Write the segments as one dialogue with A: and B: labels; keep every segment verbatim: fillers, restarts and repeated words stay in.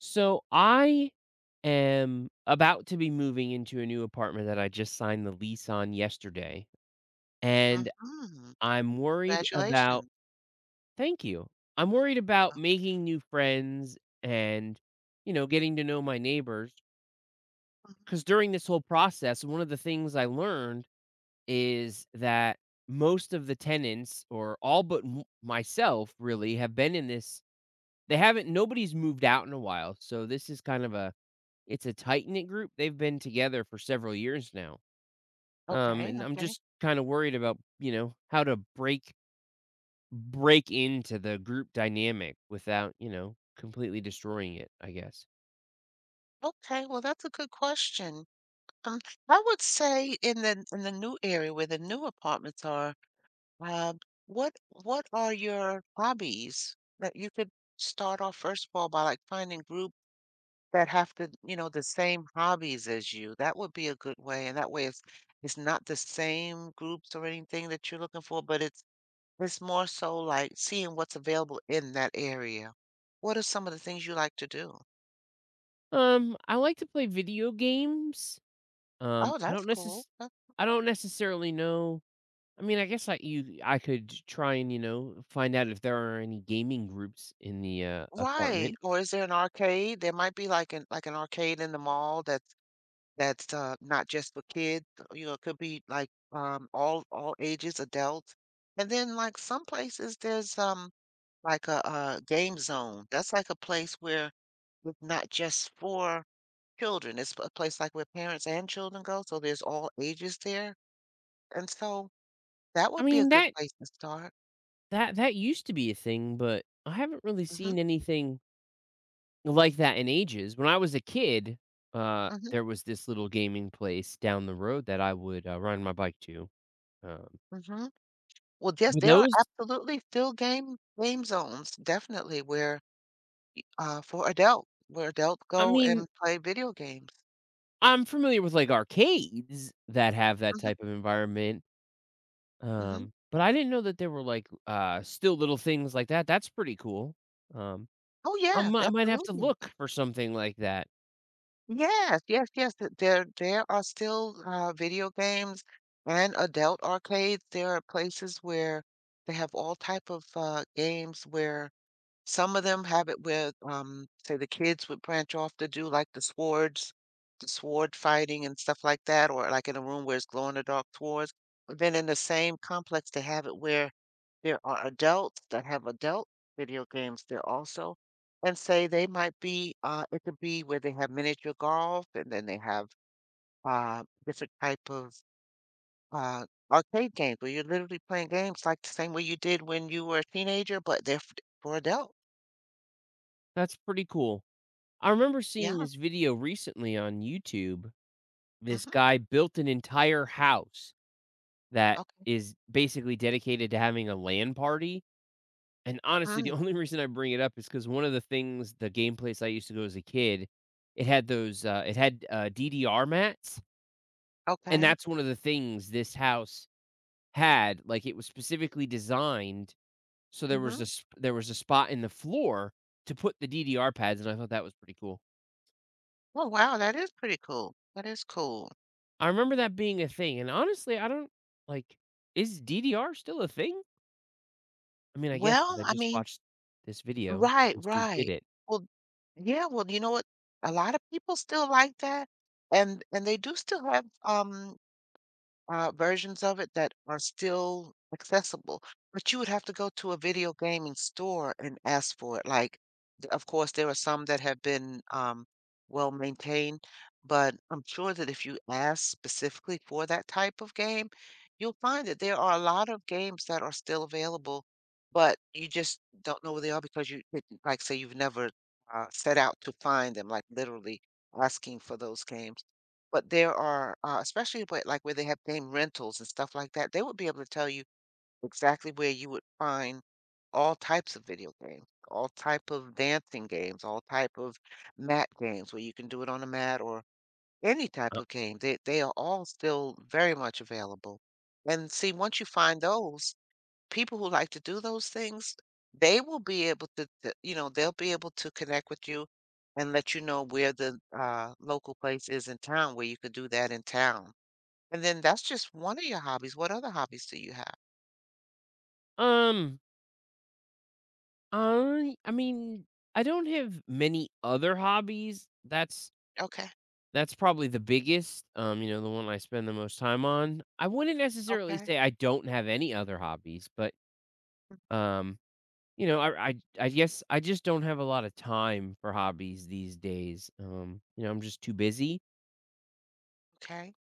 A: So I am about to be moving into a new apartment that I just signed the lease on yesterday. And
B: Mhm.
A: I'm worried about.
B: Congratulations.
A: Thank you. I'm worried about
B: Wow.
A: making new friends and, you know, getting to know my neighbors.
B: Mhm.
A: Because during this whole process, one of the things I learned is that most of the tenants, or all but m- myself, really have been in this. They haven't. Nobody's moved out in a while. So this is kind of a It's a tight knit group. They've been together for several years now. Um,
B: Okay,
A: and I'm
B: okay.
A: just kind of worried about, you know, how to break break into the group dynamic without, you know, completely destroying it, I guess.
B: Okay, well, that's a good question. Um, I would say in the in the new area where the new apartments are, uh, what what are your hobbies that you could start off first of all by like finding group that have the you know the same hobbies as you? That would be a good way, and that way it's it's not the same groups or anything that you're looking for, but it's it's more so like seeing what's available in that area. What are some of the things you like to do?
A: Um, I like to play video games. Um,
B: Oh,
A: I
B: that's
A: don't
B: cool.
A: necess
B: That
A: I don't necessarily know. I mean, I guess I you I could try and, you know, find out if there are any gaming groups in the uh,
B: right.
A: apartment.
B: Or is there an arcade? There might be like an like an arcade in the mall that's that's uh not just for kids. You know, it could be like um all all ages, adults. And then like some places there's um like a, uh game zone. That's like a place where it's not just for children. It's a place like where parents and children go, so there's all ages there. And so that
A: I
B: would be a
A: mean,
B: good
A: that
B: place to start.
A: that that used to be a thing, but I haven't really
B: Mhm,
A: seen anything like that in ages. When I was a kid, uh,
B: mhm,
A: there was this little gaming place down the road that I would, uh, ride my bike to, um,
B: mhm. Well, yes,
A: but
B: there are
A: those
B: absolutely still game game zones, definitely, where, uh, for adult where adults
A: I
B: go
A: mean,
B: and play video games.
A: I'm familiar with, like, arcades that have that
B: Mhm,
A: type of environment,
B: mhm.
A: um, but I didn't know that there were, like, uh, still little things like that. That's pretty cool. Um,
B: Oh,
A: I
B: yes,
A: mi I might have to
B: absolutely.
A: look for something like that.
B: Yes, yes, yes, th there there are still, uh, video games and adult arcades. There are places where they have all type of, uh, games where some of them have it with, um, say the kids would branch off to do like the swords, the sword fighting and stuff like that, or like in a room where it's glow in the dark swords. But then in the same complex, they have it where there are adults that have adult video games there also. And say they might be, uh, it could be where they have miniature golf and then they have uh, different type of uh, arcade games where you're literally playing games like the same way you did when you were a teenager, but they're f- for adults.
A: That's pretty cool. I remember seeing
B: Yeah.
A: this video recently on YouTube. This
B: Hmm.
A: guy built an entire house that is basically dedicated to having a LAN party, and honestly, the
B: Mm,
A: only reason I bring it up is because one of the things the game place I used to go as a kid, it had those, uh it had, uh, D D R mats, and
B: okay.
A: that's one of the things this house had, like, it was specifically designed, so there was
B: Mhm.
A: a sp there was a spot in the floor to put the D D R pads, and I thought that was pretty cool.
B: Oh, wow, that is pretty cool. That is cool.
A: I remember that being a thing, and honestly, I don't. Like, is D D R still a thing? I mean, I guess because
B: Well,
A: I
B: I
A: just
B: mean
A: watched this video where
B: right,
A: this dude did
B: right.
A: it.
B: Well, yeah, well, you know what? A lot of people still like that, and and they do still have, um uh, versions of it that are still accessible, but you would have to go to a video gaming store and ask for it. Like, th- of course, there are some that have been um, well maintained, but I'm sure that if you ask specifically for that type of game, you'll find that there are a lot of games that are still available, but you just don't know where they are because you, didn't- like, say, you've never uh, set out to find them, like literally asking for those games. But there are, uh, especially where, like where they have game rentals and stuff like that, they would be able to tell you exactly where you would find all types of video games, all type of dancing games, all type of mat games where you can do it on a mat or any type
A: Uh,
B: of game. They they are all still very much available. And see, once you find those, people who like to do those things, they will be able to, to you know, they'll be able to connect with you and let you know where the uh, local place is in town where you could do that in town. And then that's just one of your hobbies. What other hobbies do you have?
A: um, I I mean, I don't have many other hobbies. That's
B: Okay.
A: that's probably the biggest, um, you know, the one I spend the most time on. I wouldn't necessarily
B: Okay.
A: say I don't have any other hobbies, but, um, you know, I I I guess I just don't have a lot of time for hobbies these days. Um, you know, I'm just too busy.
B: Okay.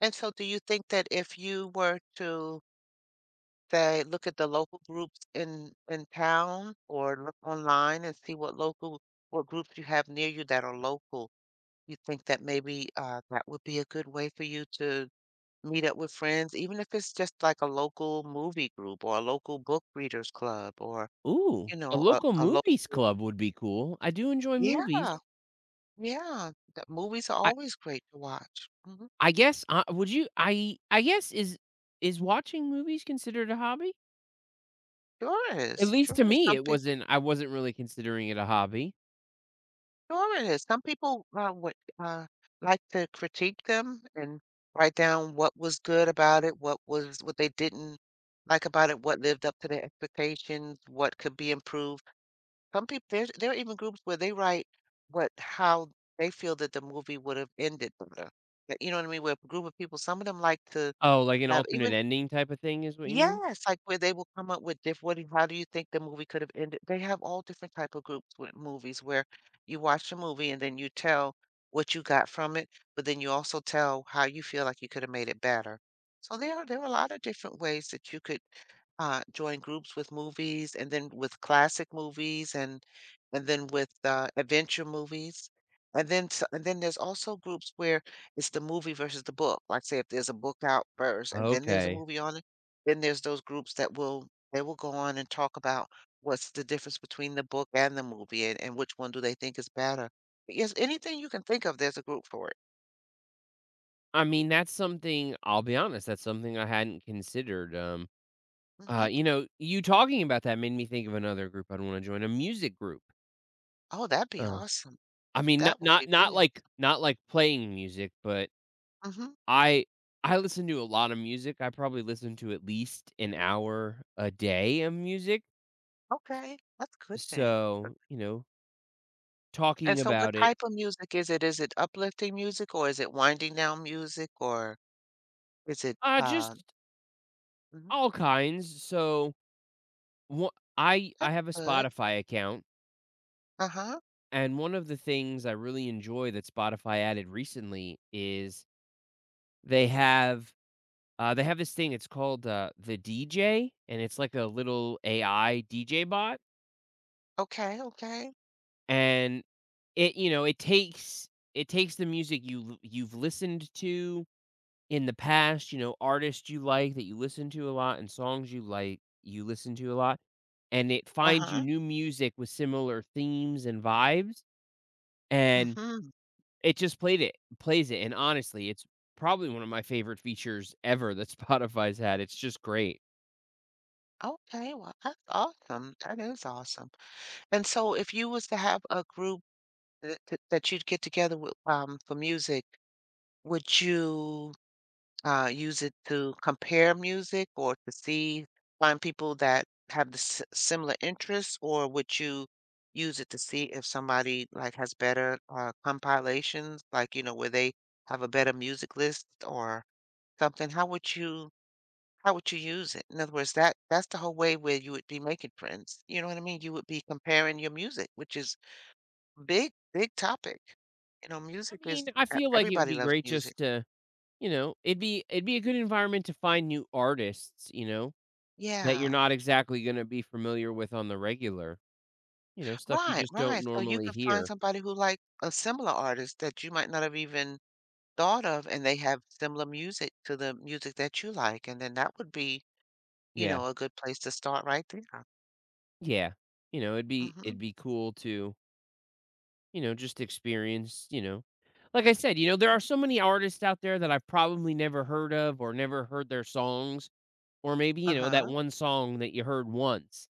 B: And so do you think that if you were to say, look at the local groups in in town or look online and see what local what groups you have near you that are local. You think that maybe uh, that would be a good way for you to meet up with friends, even if it's just like a local movie group or a local book readers club or
A: Ooh,
B: you
A: a
B: know a,
A: local
B: a local
A: movies club would be cool. I do enjoy
B: yeah
A: movies.
B: yeah. The movies are
A: I
B: always great to watch. Hmm.
A: I guess, uh, would you I I guess is is watching movies considered a hobby?
B: Sure
A: At
B: is
A: least
B: sure
A: to
B: it is
A: me, it
B: something.
A: wasn't. I wasn't really considering it a hobby.
B: Sure it is. Some people, uh, would, uh, like to critique them and write down what was good about it, what was what they didn't like about it, what lived up to their expectations, what could be improved. Some people there's there are even groups where they write what how they feel that the movie would have ended better. That you know what I mean? Where a group of people, some of them like to
A: Oh, like an
B: have
A: alternate
B: even
A: ending type of thing is what you mean?
B: yes, like, where they will come up with diff what do you how do you think the movie could have ended? They have all different type of groups with movies where you watch a movie and then you tell what you got from it, but then you also tell how you feel like you coulda made it better. So there are there are a lot of different ways that you could uh, join groups with movies and then with classic movies and and then with uh, adventure movies. And then s- and then there's also groups where it's the movie versus the book. Like say if there's a book out first and then there's a
A: Okay.
B: movie on it, then there's those groups that will they will go on and talk about what's the difference between the book and the movie and, and which one do they think is better. But yes, anything you can think of, there's a group for it.
A: I mean, that's something. I'll be honest, that's something I hadn't considered, um, uh,
B: Hmm.
A: you know, you talking about that made me think of another group I'd wanna join, a music group.
B: Oh, that'd be
A: Uh,
B: awesome.
A: I mean, not
B: That would
A: not
B: be
A: not
B: really
A: like
B: awesome.
A: not like playing music, but
B: Hmm.
A: I I listen to a lot of music. I probably listen to at least an hour a day of music.
B: Okay, that's a good thing.
A: So, you know,
B: And
A: talking
B: so what
A: about it,
B: type of music is it? Is it uplifting music or is it winding down music or is it
A: uh,
B: uh
A: just
B: mhm,
A: all kinds. So, wha I I
B: that's
A: have a
B: good.
A: Spotify account,
B: Uh-huh.
A: and one of the things I really enjoy that Spotify added recently is they have, uh, they have this thing. It's called, uh, the D J, and it's like a little A I D J bot.
B: Okay, okay.
A: And it you know, it takes it takes the music you l you've listened to in the past, you know, artists you like that you listen to a lot and songs you like you listen to a lot, and it finds you
B: Uh-huh.
A: new music with similar themes and vibes, and
B: Mm-hmm.
A: it just played it plays it, and honestly, it's probably one of my favorite features ever that Spotify's had. It's just great.
B: Okay, well, that's awesome. That is awesome. And so if you was to have a group that, that that you'd get together with um for music, would you uh, use it to compare music or to see find people that have the s- similar interests, or would you use it to see if somebody like has better uh, compilations, like you know where they have a better music list or something? How would you how would you use it? In other words, that that's the whole way where you would be making friends. You know what I mean? You would be comparing your music, which is big, big topic. You know,
A: I
B: music is
A: mean, I
B: e,
A: feel like it would
B: everybody
A: be
B: loves
A: great,
B: music.
A: just to you know, it'd be it'd be a good environment to find new artists, you know? That you're
B: Yeah.
A: not exactly gonna be familiar with on the regular, you know, stuff you
B: Right,
A: just don't
B: right, so you
A: normally
B: could find
A: hear.
B: somebody who like a similar artist that you might not have even thought of, and they have similar music to the music that you like, and then that would be, you
A: Yeah,
B: know, a good place to start right there.
A: yeah. You know, it'd be it'd
B: Mhm.
A: be cool to, you know, just experience, you know like I said, you know, there are so many artists out there that I've probably never heard of or never heard their songs, or maybe, you know, that
B: Uh-huh.
A: one song that you heard once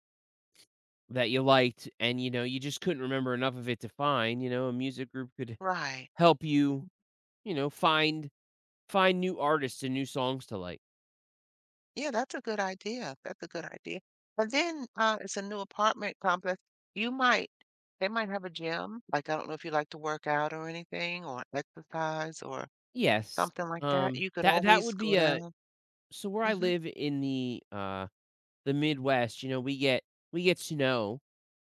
A: that you liked and, you know, you just couldn't remember enough of it to find. You know, a music group could
B: Right.
A: help you, you know, find find new artists and new songs to like.
B: Yeah, that's a good idea, that's a good idea. And then, uh, it's a new apartment complex, you might they might have a gym, like, I don't know if you like to work out or anything or exercise or
A: Yes.
B: something like that,
A: um,
B: you could
A: that that
B: always
A: would
B: go
A: be a
B: down
A: so where I
B: mhm.
A: live in the, uh, the Midwest, you know, we get we get snow,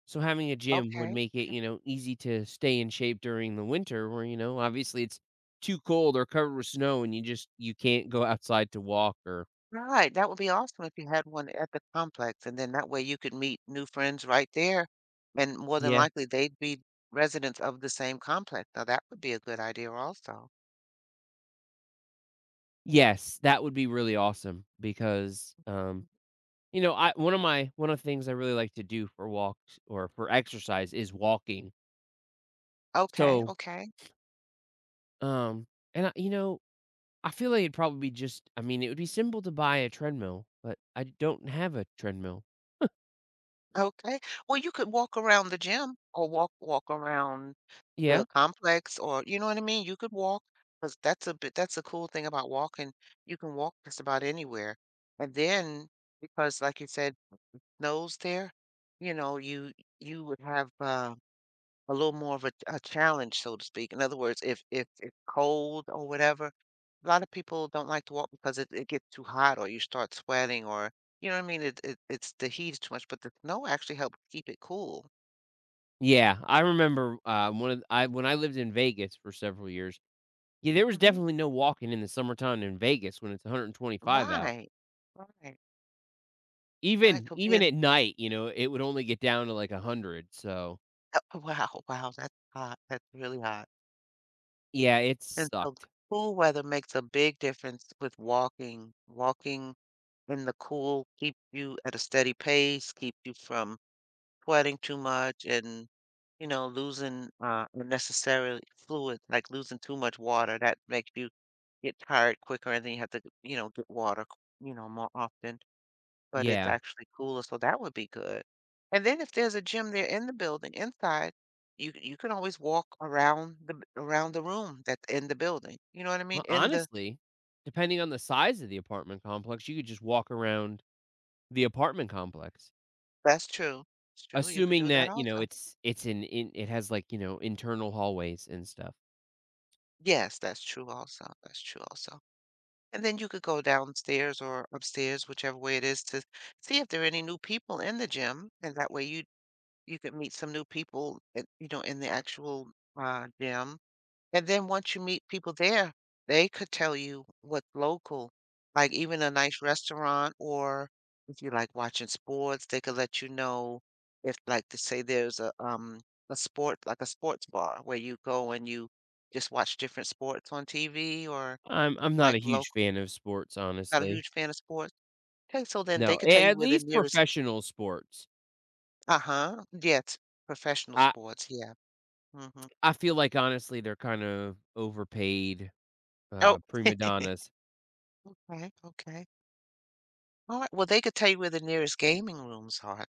A: so having a gym would
B: Okay.
A: make it,
B: Okay.
A: you know, easy to stay in shape during the winter where, you know, obviously it's too cold or covered with snow and you just you can't go outside to walk or.
B: Right, that would be awesome if you had one at the complex, and then that way you could meet new friends right there, and more than
A: Yeah.
B: likely they'd be residents of the same complex. Now that would be a good idea also.
A: Yes, that would be really awesome because, um, you know, I one of my one of the things I really like to do for walks or for exercise is walking.
B: Okay,
A: So,
B: okay,
A: um, and I you know I feel like, it'd probably be just I mean, it would be simple to buy a treadmill, but I don't have a treadmill.
B: okay. Well, you could walk around the gym or walk walk around
A: Yeah.
B: the complex or you know what I mean? You could walk because that's a bit that's a cool thing about walking. You can walk just about anywhere. And then because like you said, snows there, you know, you you would have uh a little more of a, a challenge, so to speak. In other words, if if it's cold or whatever, a lot of people don't like to walk because it, it gets too hot or you start sweating or you know what I mean. It, it it's the heat is too much, but the snow actually helps keep it cool.
A: Yeah, I remember, uh, one of I when I lived in Vegas for several years, yeah, there was
B: Hmm.
A: definitely no walking in the summertime in Vegas when it's one hundred twenty-five out.
B: Right, right, right.
A: Even
B: So
A: even
B: being
A: at night, you know, it would only get down to, like, a hundred, so
B: uh, wow, wow, that's hot. That's really hot.
A: yeah, it
B: And so
A: sucked.
B: cool weather makes a big difference with walking. Walking in the cool keeps you at a steady pace, keep you from sweating too much and, you know, losing uh, unnecessary fluid, like losing too much water. That makes you get tired quicker and then you have to, you know, get water, you know, more often. But it's
A: Yeah.
B: actually cooler, so that would be good. And then if there's a gym there in the building inside, you you can always walk around the around the room that's in the building. You know what I
A: Well,
B: mean? In the
A: honestly, depending on the size of the apartment complex, you could just walk around the apartment complex.
B: that's true. It's true. You could
A: Assuming
B: do that
A: that, you know,
B: also.
A: it's it's an in it has, like, you know, internal hallways and stuff.
B: Yes, that's true also. That's true also. And then you could go downstairs or upstairs, whichever way it is, to see if there are any new people in the gym. And that way you you could meet some new people, at, you know, in the actual uh, gym. And then once you meet people there, they could tell you what's local, like even a nice restaurant, or if you like watching sports, they could let you know if, like, to say there's a um a sport like a sports bar where you go and you just watch different sports on T V or
A: I'm I'm not
B: like
A: a huge
B: local
A: fan of sports,
B: not a
A: honestly.
B: huge fan of sports? Okay, so then they
A: No,
B: could
A: a
B: tell you
A: at
B: where the
A: least
B: nearest
A: professional sports.
B: uh-huh, yes, professional
A: I
B: sports, yeah, mhm.
A: I feel like, honestly, they're kind of overpaid,
B: Oh,
A: uh, prima donnas.
B: okay, okay. Alright, well, they could tell you where the nearest gaming rooms are.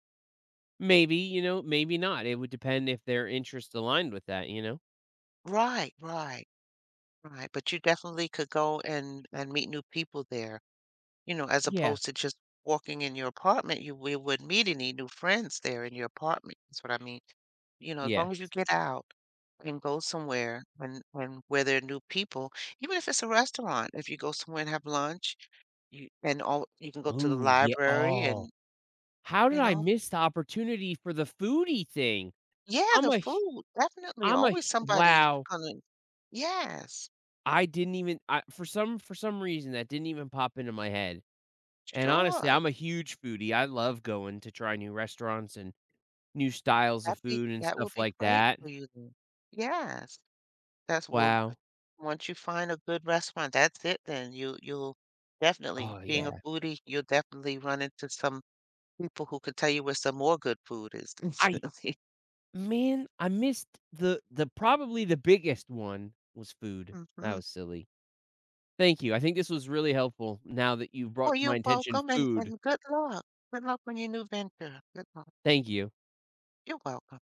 A: Maybe, you know, maybe not. It would depend if their interests aligned with that, you know?
B: Right, right, right, but you definitely could go and and meet new people there, you know, as
A: Yeah.
B: opposed to just walking in your apartment, you we wouldn't meet any new friends there in your apartment, that's what I mean. You know, as long as you
A: Yes.
B: get out and go somewhere and and where there are new people, even if it's a restaurant, if you go somewhere and have lunch, you and all you can go to the
A: Oh, yeah.
B: library
A: Oh,
B: and,
A: how did
B: you
A: I
B: know
A: miss the opportunity for the foodie thing?
B: yeah,
A: I'm
B: the
A: a h
B: food, definitely,
A: I'm a
B: always
A: h
B: somebody's
A: Wow.
B: gonna yes,
A: I didn't even. I, for some for some reason, that didn't even pop into my head, and honestly,
B: sure.
A: I'm a huge foodie. I love going to try new restaurants and new styles of
B: That be
A: food and
B: that would
A: stuff
B: be
A: like
B: great
A: that.
B: for you then. Yes, that's well, uh,
A: Wow.
B: once you find a good restaurant, that's it then. You you'll definitely
A: Oh,
B: being a
A: yeah.
B: foodie, you'll definitely run into some people who could tell you where some more good food is,
A: I
B: definitely.
A: Man, I missed. The the probably the biggest one was food. That
B: Mhm.
A: was silly. Thank you. I think this was really helpful now that you
B: Well,
A: brought to my
B: you're
A: attention
B: welcome and
A: food.
B: and good luck. Good luck on your new venture. Good luck.
A: Thank you.
B: You're welcome.